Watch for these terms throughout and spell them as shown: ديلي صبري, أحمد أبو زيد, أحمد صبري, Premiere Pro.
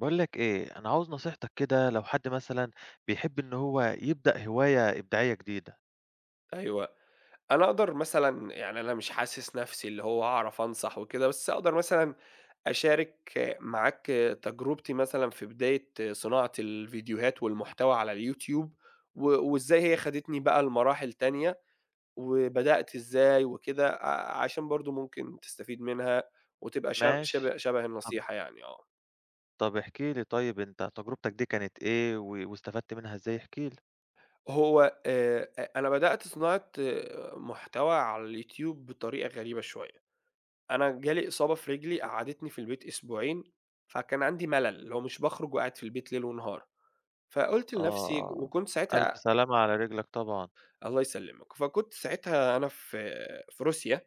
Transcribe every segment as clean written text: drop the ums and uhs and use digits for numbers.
باقول لك إيه، أنا عاوز نصيحتك كده لو حد مثلًا بيحب إن هو يبدأ هواية إبداعية جديدة، أيوه. أنا أقدر مثلًا يعني أنا مش حاسس نَفْسي اللي هو هاعرف أنصح وكده، بس أقدر مثلًا أشارك معاك تجربتي مثلًا في بداية صناعة الفيديوهات والمحتوى على الYouTube و وإزاي هي خدتني بقى لمراحل تانية وبدأت إزاي وكده عشان برضه ممكن تستفيد منها وتبقى شب ماشي، شبه شبه طب النصيحة يعني. طب احكِ لي طيب أنت تجربتك دي كانت إيه واستفدت منها إزاي؟ احكِ لي. هو أ أنا بدأت صناعة محتوى على الYouTube بطريقة غريبة شوية. أنا جالي إصابة في رجلي قعّدتني في البيت أسبوعين، فكان عندي ملل، اللي هو مش باخرج وقاعد في البيت ليل ونهار، فقُلت لنفسي آه، وكنت ألف ساعتها سلامة على رجلك طبعًا. الله يسلمك، فكنت ساعتها أنا في روسيا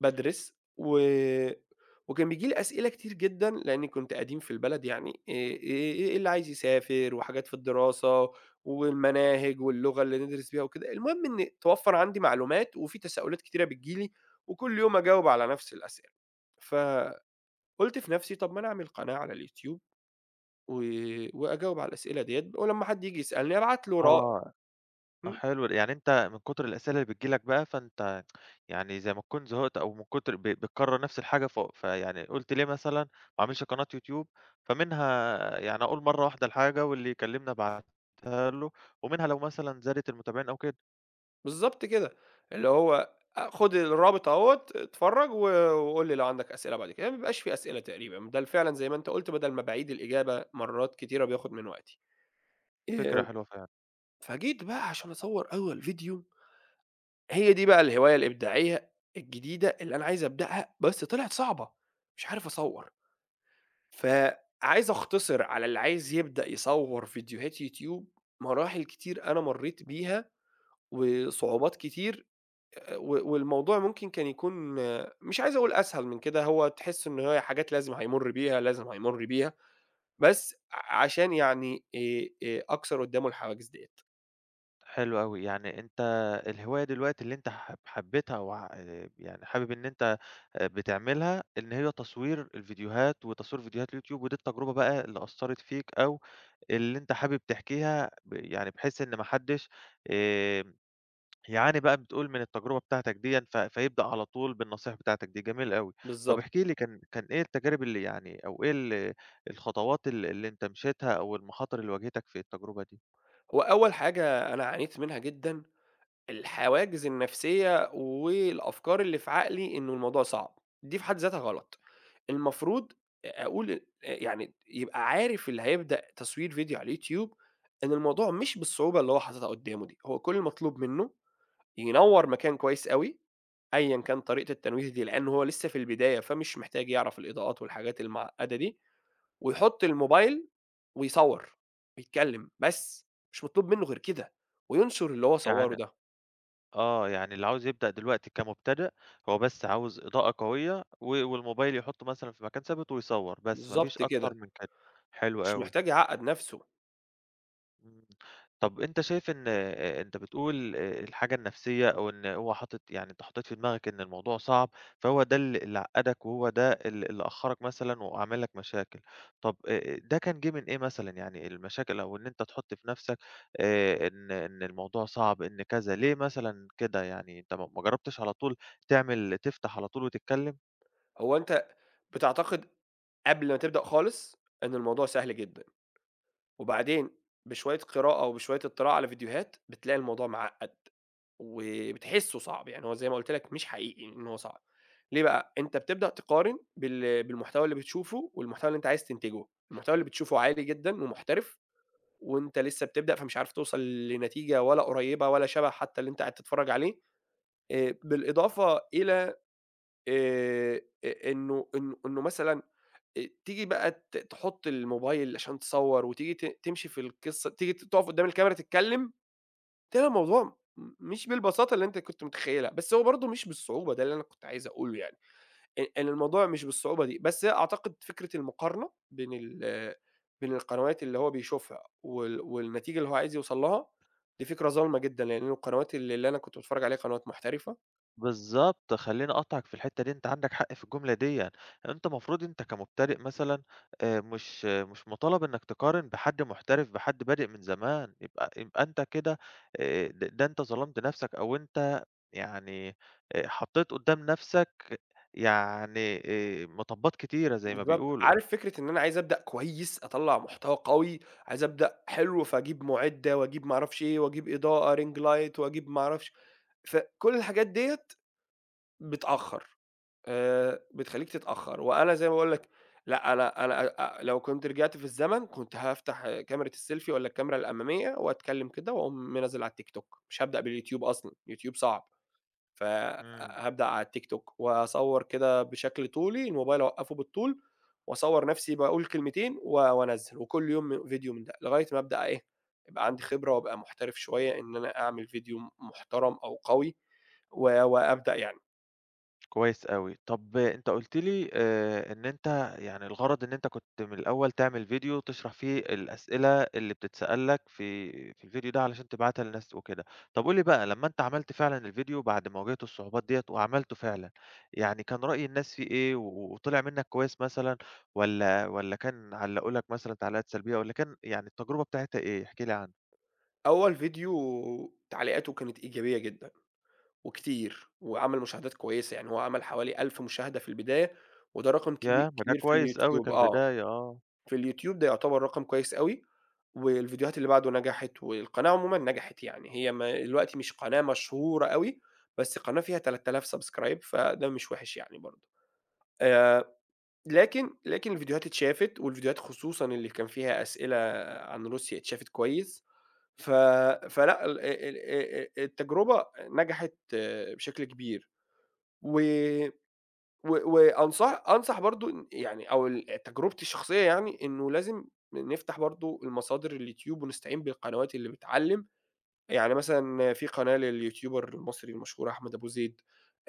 بادرس و وكان بييجي لي أسئلة كتير جدًا لإني كنت قديم في البلد يعني إيه اللي عايز يسافر وحاجات في الدراسة والمناهج واللغة اللي ندرس بيها وكده، المهم إن اتوفّر عندي معلومات وفي تساؤلات كتيرة بتيجي لي وكل يوم أجاوب على نفس الأسئلة. ف قُلت في نَفْسي طَب ما أنا أعمل قناة على اليوتيوب و وأجاوب على الأسئلة ديّة ولمّا حد ييجي يسألني أبعت له را آه. آه إمم، حلو، يعني أنت من كتر الأسئلة اللي بتيجي لك بقى فأنت يعني زي ما تكون زهقت أو من كتر بتكرر نفس الحاجة فيعني قُلت ليه مثلًا ما أعملش قناة يوتيوب، فمنها يعني أقول مرة واحدة الحاجة واللي يكلمني أبعتها له، ومنها لو مثلًا زادت المتابعين أو كده، بالضبط كده، اللي هو خُد الرابط أهوّة، اتفرّج و وقُل لي لو عندك أسئلة بعد كده، ما بيبقاش في أسئلة تقريبًا، بَل فعلًا زي ما أنت قُلت بدل ما باعيد الإجابة مرّات كتيرة بياخُد من وقتي. فكرة آآ حلوة فعلًا، فجيت بقى عشان أصوّر أول فيديو، هي دي بقى الهواية الإبداعية الجديدة اللي أنا عايز أبدأها، بس طلعت صعبة، مش عارف أصوّر. فعايز أختصر على اللي عايز يبدأ يصوّر فيديوهات يوتيوب مراحل كتير أنا مرّيت بيها، وصعوبات كتير و والموضوع ممكن كان يكون مش عايز أقول أسهل من كده، هو تحس إن هي حاجات لازم هيمُر بيها، بس عشان يعني أكسر قدّامه الحواجز ديّة. حلو أوي، يعني أنت الهواية دلوقتي اللي أنت حبيتها وع يعني حابب إن أنت بتعملها إن هي تصوير الفيديوهات وتصوير فيديوهات اليوتيوب، ودي التجربة بقى اللي أثّرت فيك أو اللي أنت حابب تحكيها يعني بحيث إن ما حدّش آمم يعاني بقى بتقول من التجربة بتاعتك ديًّا فيبدأ على طول بالنصايح بتاعتك دي، جميل أوي. طب بالضبط. احكِ لي كان إيه التجارب اللي يعني أو إيه الخطوات اللي أنت مشيتها أو المخاطر اللي واجهتك في التجربة دي؟ هو أول حاجة أنا عانيت منها جدًا الحواجز النفسية والأفكار اللي في عقلي إنه الموضوع صعب، دي في حد ذاتها غلط. المفروض أقول يعني يبقى عارف اللي هيبدأ تصوير فيديو على اليوتيوب إن الموضوع مش بالصعوبة اللي هو حاططها قدّامه دي، هو كل المطلوب منه ينوّر مكان كويس أوي، أيًا كان طريقة التنويه دي، لإن هو لسه في البداية فمش محتاج يعرف الإضاءات والحاجات المعقدة دي، ويحط الموبايل ويصوّر ويتكلم بس، مش مطلوب منه غير كده، وينشر اللي هو صوّره يعني ده. آه، يعني اللي عاوز يبدأ دلوقتي كمبتدئ، هو بس عاوز إضاءة قوية والموبايل يحطه مثلًا في مكان ثابت ويصوّر، بس ما فيش بالضبط أكتر كده، من كده، حلو مش أوي. محتاج يعقّد نفسه، إمم. طَب أنت شايف إن أنت بتقول الحاجة النفسية أو إن هو حاطط يعني أنت حطيت في دماغك إن الموضوع صعب، فهو ده اللي عقّدك وهو ده اللي أخّرك مثلًا وعمل لك مشاكل. طَب ده كان جِه من إيه مثلًا؟ يعني المشاكل أو إن أنت تحُط في نَفْسك إن الموضوع صعب، إن كذا، ليه مثلًا كده يعني؟ أنت ما جرّبتش على طول تعمل تفتح على طول وتتكلّم؟ هو أنت بتعتقد قبل ما تبدأ خالص إن الموضوع سهل جدًا. وبعدين بشوية قراءة وبشوية اطلاع على فيديوهات، بتلاقي الموضوع معقّد، وبتحسّه صعب، يعني هو زي ما قُلت لك مش حقيقي إن هو صعب، ليه بقى؟ أنت بتبدأ تقارن بالمحتوى اللي بتشوفه والمحتوى اللي أنت عايز تنتجه، المحتوى اللي بتشوفه عالي جدًا ومحترف، وأنت لسه بتبدأ فمش عارف توصل لنتيجة ولا قريّبة ولا شَبه حتى اللي أنت قاعد تتفرّج عليه، بالإضافة إلى آآ أ إنه إن إنه مثلًا تيجي بقى تحُط الموبايل عشان تصوّر وتيجي تمشي في القصة، تيجي تقف قدّام الكاميرا تتكلّم، تلاقي الموضوع مش بالبساطة اللي أنت كنت متخيّلها، بس هو برضه مش بالصعوبة، ده اللي أنا كنت عايز أقوله يعني، إن الموضوع مش بالصعوبة دي، بس هي أعتقد فكرة المقارنة بين القنوات اللي هو بيشوفها وال والنتيجة اللي هو عايز يوصل لها، دي فكرة ظالمة جدًا، لإن القنوات اللي أنا كنت باتفرّج عليها قنوات محترفة بالضبط، خلّيني أقاطعك في الحتّة دي، أنت عندك حق في الجملة ديًّا، أنت مفروض أنت كمبتدئ مثلًا مش مطالب إنّك تقارن بحد محترف بحد بادئ من زمان، يبقى أنت كده د ده أنت ظلمت نَفْسك أو أنت يعني حطّيت قدّام نَفْسك يعني مطبات كتيرة زي ما بالضبط. بيقولوا، عارف فكرة إن أنا عايز أبدأ كويس، أطلّع محتوى قوي، عايز أبدأ حلو، فأجيب مُعِدّة وأجيب ما أعرفش إيه وأجيب إضاءة ring light وأجيب ما أعرفش فكل الحاجات ديّة بتأخّر، بتخلّيك تتأخّر وأنا زي ما باقول لك لأ، أنا لو كنت رجعت في الزمن كنت هافتح كاميرا السيلفي والّا الكاميرا الأمامية وأتكلّم كده وأقوم منزّل على التيك توك، مش هابدأ باليوتيوب أصلًا، اليوتيوب صعب. إمم. فهابدأ على التيك توك وأصوّر كده بشكل طولي، الموبايل أوقّفه بالطول وأصوّر نَفْسي باقول كلمتين و وأنزّل، وكل يوم فيديو من ده، لغاية ما أبدأ إيه، يبقى عندي خبرة وأبقى محترف شوية إن أنا أعمل فيديو محترم أو قوي و وأبدأ يعني. كويس أوي. طب أنت قُلت لي إن أنت يعني الغرض إن أنت كنت من الأول تعمل فيديو تشرح فيه الأسئلة اللي بتتسأل لك في الفيديو ده علشان تبعتها للناس وكده. طب قُل لي بقى لمّا أنت عملت فعلًا الفيديو بعد ما واجهت الصعوبات ديّة وعملته فعلًا، يعني كان رأي الناس فيه إيه وطلع منّك كويس مثلًا والّا كان علّقوا لك مثلًا تعليقات سلبية والّا كان يعني التجربة بتاعتها إيه؟ احكِ لي عنها. أول فيديو تعليقاته كانت إيجابية جدًا وكتير وعمل مشاهدات كويسة، يعني هو عمل حوالي 1000 مشاهدة في البداية وده رقم كبي ياه! ما ده كبير في كويس أوي اليوتيوب. كالبداية، آه. في اليوتيوب ده يعتبر رقم كويس أوي، والفيديوهات اللي بعده نجحت، والقناة عمومًا نجحت يعني، هي ما دلوقتي مش قناة مشهورة أوي، بس قناة فيها 3000 سبسكرايب، فده مش وِحِش يعني برضه. آآ، لكن الفيديوهات اتشافت، والفيديوهات خصوصًا اللي كان فيها أسئلة عن روسيا اتشافت كويس، ف فلأ ال ال التجربة نجحت، بشكل كبير، و و وأنصح أنصح برضه إن يعني أو تجربتي الشخصية يعني، إنه لازم نفتح برضه المصادر اليوتيوب ونستعين بالقنوات اللي بتعلّم، يعني مثلًا في قناة لليوتيوبر المصري المشهور أحمد أبو زيد،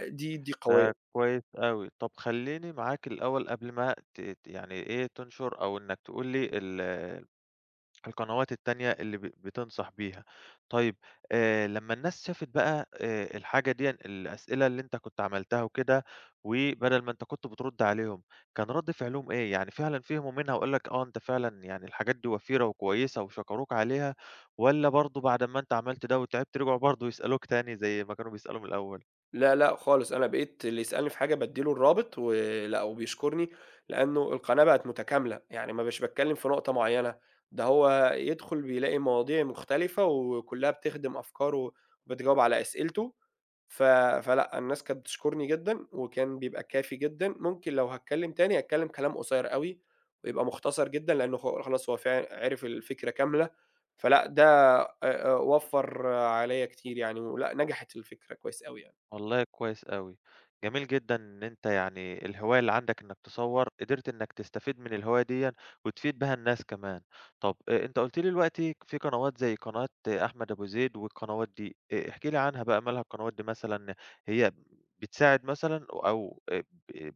دي قوية ده كويس أوي. طب خلّيني معاك الأول قبل ما ت ت يعني إيه، تنشر أو إنك تقول لي القنوات التانية اللي بتنصح بيها. طيب لمّا الناس شافت بقى الحاجة ديًا، الأسئلة اللي أنت كنت عملتها وكده، وبدل ما أنت كنت بترُد عليهم، كان رَد فعلهم إيه؟ يعني فعلًا فهموا منها وقال لك آه، أنت فعلًا يعني الحاجات دي وفيرة وكويسة وشكروك عليها والّا برضه بعد أمّا أنت عملت ده وتعبت، رجعوا برضه يسألوك تاني زي ما كانوا بيسألوا من الأول؟ لا، لأ خالص، أنا بقيت اللي يسألني في حاجة بادّي له الرابط ولأ وبيشكرني، لأنه القناة بقت متكاملة، يعني ما بقاش باتكلّم في نقطة معيّنة، ده هو يدخل بيلاقي مواضيع مختلفة وكلّها بتخدم أفكاره وبتجاوب على أسئلته، ف فلأ الناس كانت بتشكرني جدًا وكان بيبقى كافي جدًا، ممكن لو هاتكلّم تاني أتكلّم كلام قصير أوي ويبقى مختصر جدًا لإنه خلاص هو عِرف الفكرة كاملة، فلأ ده وفّر عليّا كتير يعني ولأ نجحت الفكرة كويس أوي يعني. والله كويس أوي، جميل جدًا إن أنت يعني الهواية اللي عندك إنك تصوّر، قدرت إنك تستفيد من الهواية ديًا وتفيد بها الناس كمان. طب أنت قُلت لي دلوقتي في قنوات زي قناة آه، أحمد أبو زيد والقنوات دي، احكِ لي عنها بقى مالها القنوات دي مثلًا، هي بتساعد مثلًا أو ب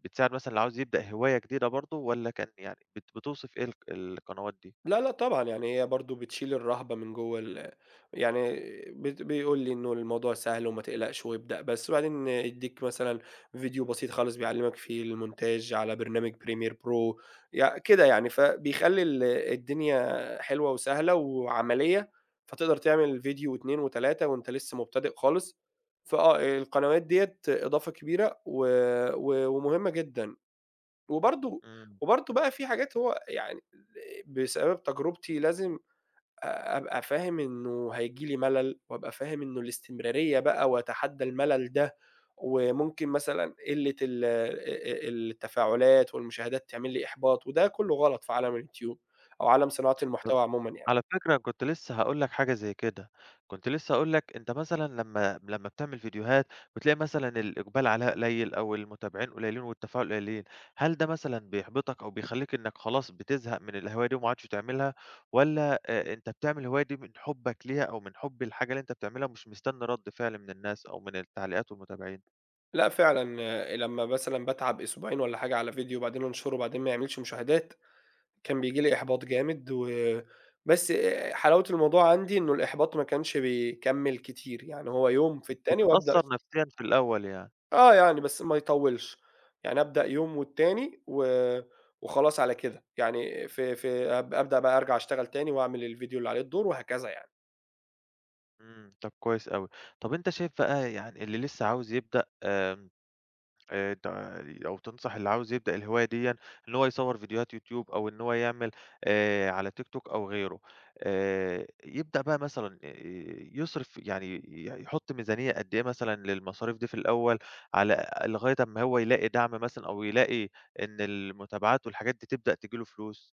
بتساعد مثلًا اللي عاوز يبدأ هواية جديدة برضه والّا كان يعني بتوصف إيه القنوات دي؟ لا، لأ طبعًا، يعني هي برضه بتشيل الرهبة من جوّه يعني بيقول لي إنه الموضوع سهل وما تقلقش وابدأ بس، وبعدين يدّيك مثلًا فيديو بسيط خالص بيعلّمك فيه المونتاج على برنامج Premiere Pro كده يعني، فبيخلّي الدنيا حلوة وسهلة وعملية، فتقدر تعمل فيديو و2 و3 وأنت لسه مبتدئ خالص، فآه القنوات ديّة إضافة كبيرة و و ومهمة جدًا. وبرضه إمم. وبرضه بقى في حاجات هو يعني بسبب تجربتي لازم أبقى فاهم إنه هييجي لي ملل، وأبقى فاهم إنه الاستمرارية بقى وأتحدى الملل ده، وممكن مثلًا قلة ال التفاعلات والمشاهدات تعمل لي إحباط، وده كله غلط في عالم اليوتيوب أو عالم صناعة المحتوى عمومًا يعني. على فكرة كنت لسه هاقول لك حاجة زي كده، كنت لسه هاقول لك أنت مثلًا لمّا بتعمل فيديوهات بتلاقي مثلًا الإقبال عليها قليل أو المتابعين قليلين والتفاعل قليل، هل ده مثلًا بيحبطك أو بيخلّيك إنك خلاص بتزهق من الهواية دي وما عادش تعملها، والّا أنت بتعمل الهواية دي من حُبك ليها أو من حُب الحاجة اللي أنت بتعملها ومش مستني رَد فعل من الناس أو من التعليقات والمتابعين؟ لأ فعلًا آه، لمّا مثلًا باتعب أسبوعين والّا حاجة على فيديو وبعدين أنشره وبعدين ما يعملش مشاهدات كان بييجي لي إحباط جامد بس حلاوة الموضوع عندي إنه الإحباط ما كانش بيكمّل كتير، يعني هو يوم في التاني وأبدأ بتتأثّر أش نفسيًا في الأول يعني. آه، يعني بس ما يطوّلش، يعني أبدأ يوم والتاني و وخلاص على كده، يعني في في أب أبدأ بقى أرجع أشتغل تاني وأعمل الفيديو اللي عليه الدور وهكذا يعني. إمم، طب كويس أوي. طب أنت شايف بقى يعني اللي لسه عاوز يبدأ آمم ت أو تنصح اللي عاوز يبدأ الهواية ديًا إن هو يصوّر فيديوهات يوتيوب أو إن هو يعمل على تيك توك أو غيره. يبدأ بقى مثلًا يصرف يعني يحُط ميزانية قد إيه مثلًا للمصاريف دي في الأول على لغاية أمّا هو يلاقي دعم مثلًا أو يلاقي إن المتابعات والحاجات دي تبدأ تيجي له فلوس؟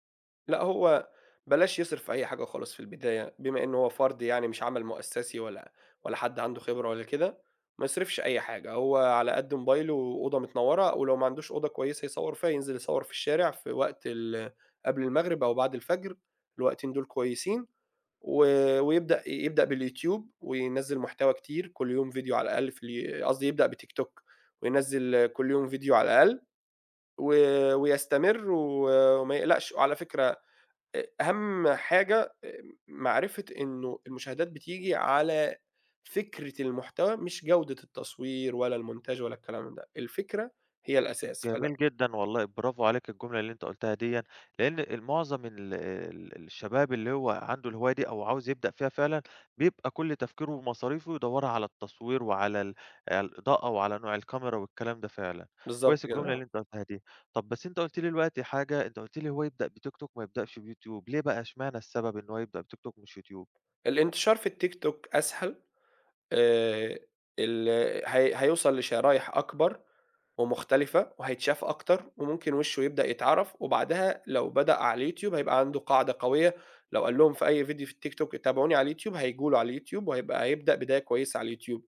لأ، هو بلاش يصرف في أي حاجة خالص في البداية، بما إن هو فرد يعني مش عمل مؤسسي ولا حد عنده خبرة ولا كده، ما يصرفش أي حاجة، هو على قد موبايله وأوضة متنوّرة، ولو ما عندوش أوضة كويسة يصوّر فيها، ينزل يصوّر في الشارع في وقت قبل المغرب أو بعد الفجر، الوقتين دول كويسين، و ويبدأ يبدأ باليوتيوب وينزّل محتوى كتير، كل يوم فيديو على الأقل في اليو قصدي يبدأ بتيك توك وينزّل كل يوم فيديو على الأقل، و ويستمر و وما يقلقش، وعلى فكرة أهم حاجة معرفة إنه المشاهدات بتيجي على فكرة المحتوى مش جودة التصوير ولا الmontage ولا الكلام ده، الفكرة هي الأساس، جميل فلأ جدًا والله، برافو عليك الجملة اللي أنت قُلتها ديًّا، لإن المعظم ال ال الشباب اللي هو عنده الهواية دي أو عاوز يبدأ فيها فعلًا، بيبقى كل تفكيره ومصاريفه يدوّرها على التصوير وعلى على الإضاءة وعلى نوع الكاميرا والكلام ده فعلًا، بالضبط كويس كده الجملة آه. اللي أنت قُلتها دي. طب بس أنت قُلت لي دلوقتي حاجة، أنت قُلت لي هو يبدأ بتيك توك ما يبدأش بيوتيوب، ليه بقى، اشمعنى السبب إن هو يبدأ بتيك توك مش يوتيوب؟ الانتشار في التيك توك أسهل آآ ال هي هيوصل لشرايح أكبر ومختلفة وهيتشاف أكتر وممكن وِشّه يبدأ يتعرف وبعدها لو بدأ على اليوتيوب هيبقى عنده قاعدة قوية، لو قال لهم في أي فيديو في التيك توك تابعوني على اليوتيوب هييجوا له على اليوتيوب وهيبقى هيبدأ بداية كويسة على اليوتيوب.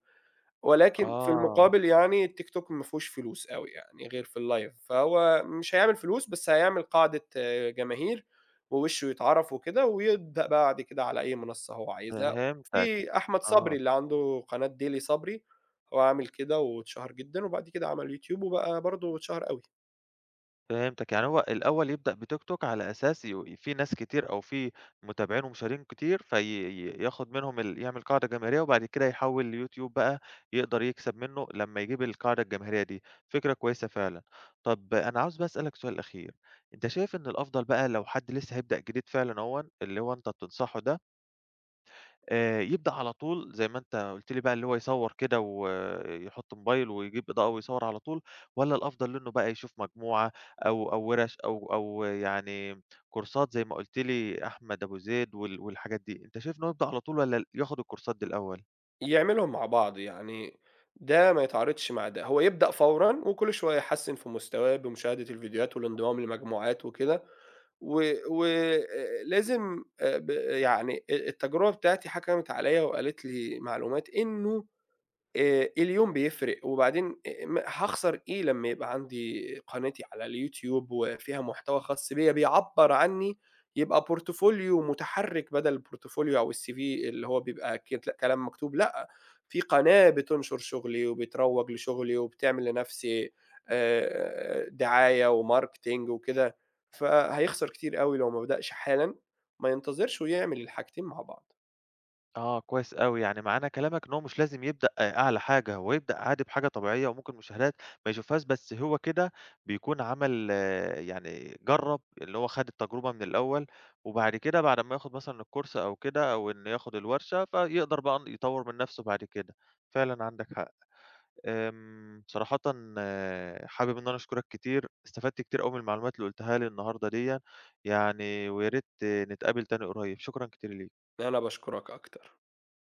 ولكن في آه، المقابل يعني التيك توك ما فيهوش فلوس أوي يعني غير في اللايف، فهو مش هيعمل فلوس بس هيعمل قاعدة جماهير، ووشه يتعرف وكده، ويبدأ بعد كده على أي منصة هو عايزها، فهمتك، في أحمد صبري آه. اللي عنده قناة ديلي صبري، هو عامل كده واتشهر جدًا، وبعد كده عمل يوتيوب وبقى برضه اتشهر أوي. فهمتك، يعني هو الأول يبدأ بتيك توك على أساس في ناس كتير أو في متابعين ومشاهير كتير في ي ياخد منهم يعمل قاعدة جماهيرية وبعد كده يحوّل ليوتيوب بقى يقدر يكسب منه لمّا يجيب القاعدة الجماهيرية دي، فكرة كويسة فعلًا. طب أنا عاوز بقى أسألك سؤال أخير، أنت شايف إن الأفضل بقى لو حد لسه هيبدأ جديد فعلًا أهوًا، اللي هو أنت بتنصحه ده، يبدأ على طول زي ما أنت قُلت لي بقى اللي هو يصوّر كده ويحط موبايل ويجيب إضاءة ويصوّر على طول، والّا الأفضل له إنه بقى يشوف مجموعة أو ورش أو يعني كورسات زي ما قُلت لي أحمد أبو زيد والحاجات دي، أنت شايف إن هو يبدأ على طول والّا ياخد الكورسات دي الأول؟ يعملهم مع بعض، يعني ده ما يتعارضش مع ده، هو يبدأ فورًا وكل شوية يحسّن في مستواه بمشاهدة الفيديوهات والانضمام لمجموعات وكده، و ولازم ب يعني التجربة بتاعتي حكمت عليَّ وقالت لي معلومات إنه اليوم بيفرق، وبعدين م هاخسر إيه لمّا يبقى عندي قناتي على اليوتيوب وفيها محتوى خاص بيّا بيعبّر عنّي، يبقى بورتفوليو متحرّك بدل البورتفوليو أو الCV اللي هو بيبقى كلام مكتوب، لأ، في قناة بتنشر شغلي وبتروّج لشغلي وبتعمل لنَفْسي دعاية وmarketing وكده، فهيخسر كتير أوي لو ما بدأش حالًا، ما ينتظرش ويعمل الحاجتين مع بعض. آه، كويس أوي، يعني معنى كلامك إن هو مش لازم يبدأ آه، أعلى حاجة، هو يبدأ عادي بحاجة طبيعية وممكن مشاهدات ما يشوفهاش، بس هو كده بيكون عمل آه، يعني جرّب، اللي هو خَد التجربة من الأول، وبعد كده بعد ما ياخد مثلًا الكورس أو كده أو إنه ياخد الورشة، فيقدر بقى إن يطوّر من نَفْسه بعد كده. فعلًا عندك حق. آمم، صراحةً آه، حابب إن أنا أشكرك كتير، استفدت كتير أوي من المعلومات اللي قُلتها لي النهارده ديّة يعني، ويا ريت آه، نتقابل تاني قريب. شكرًا كتير ليك. أنا باشكرك أكتر.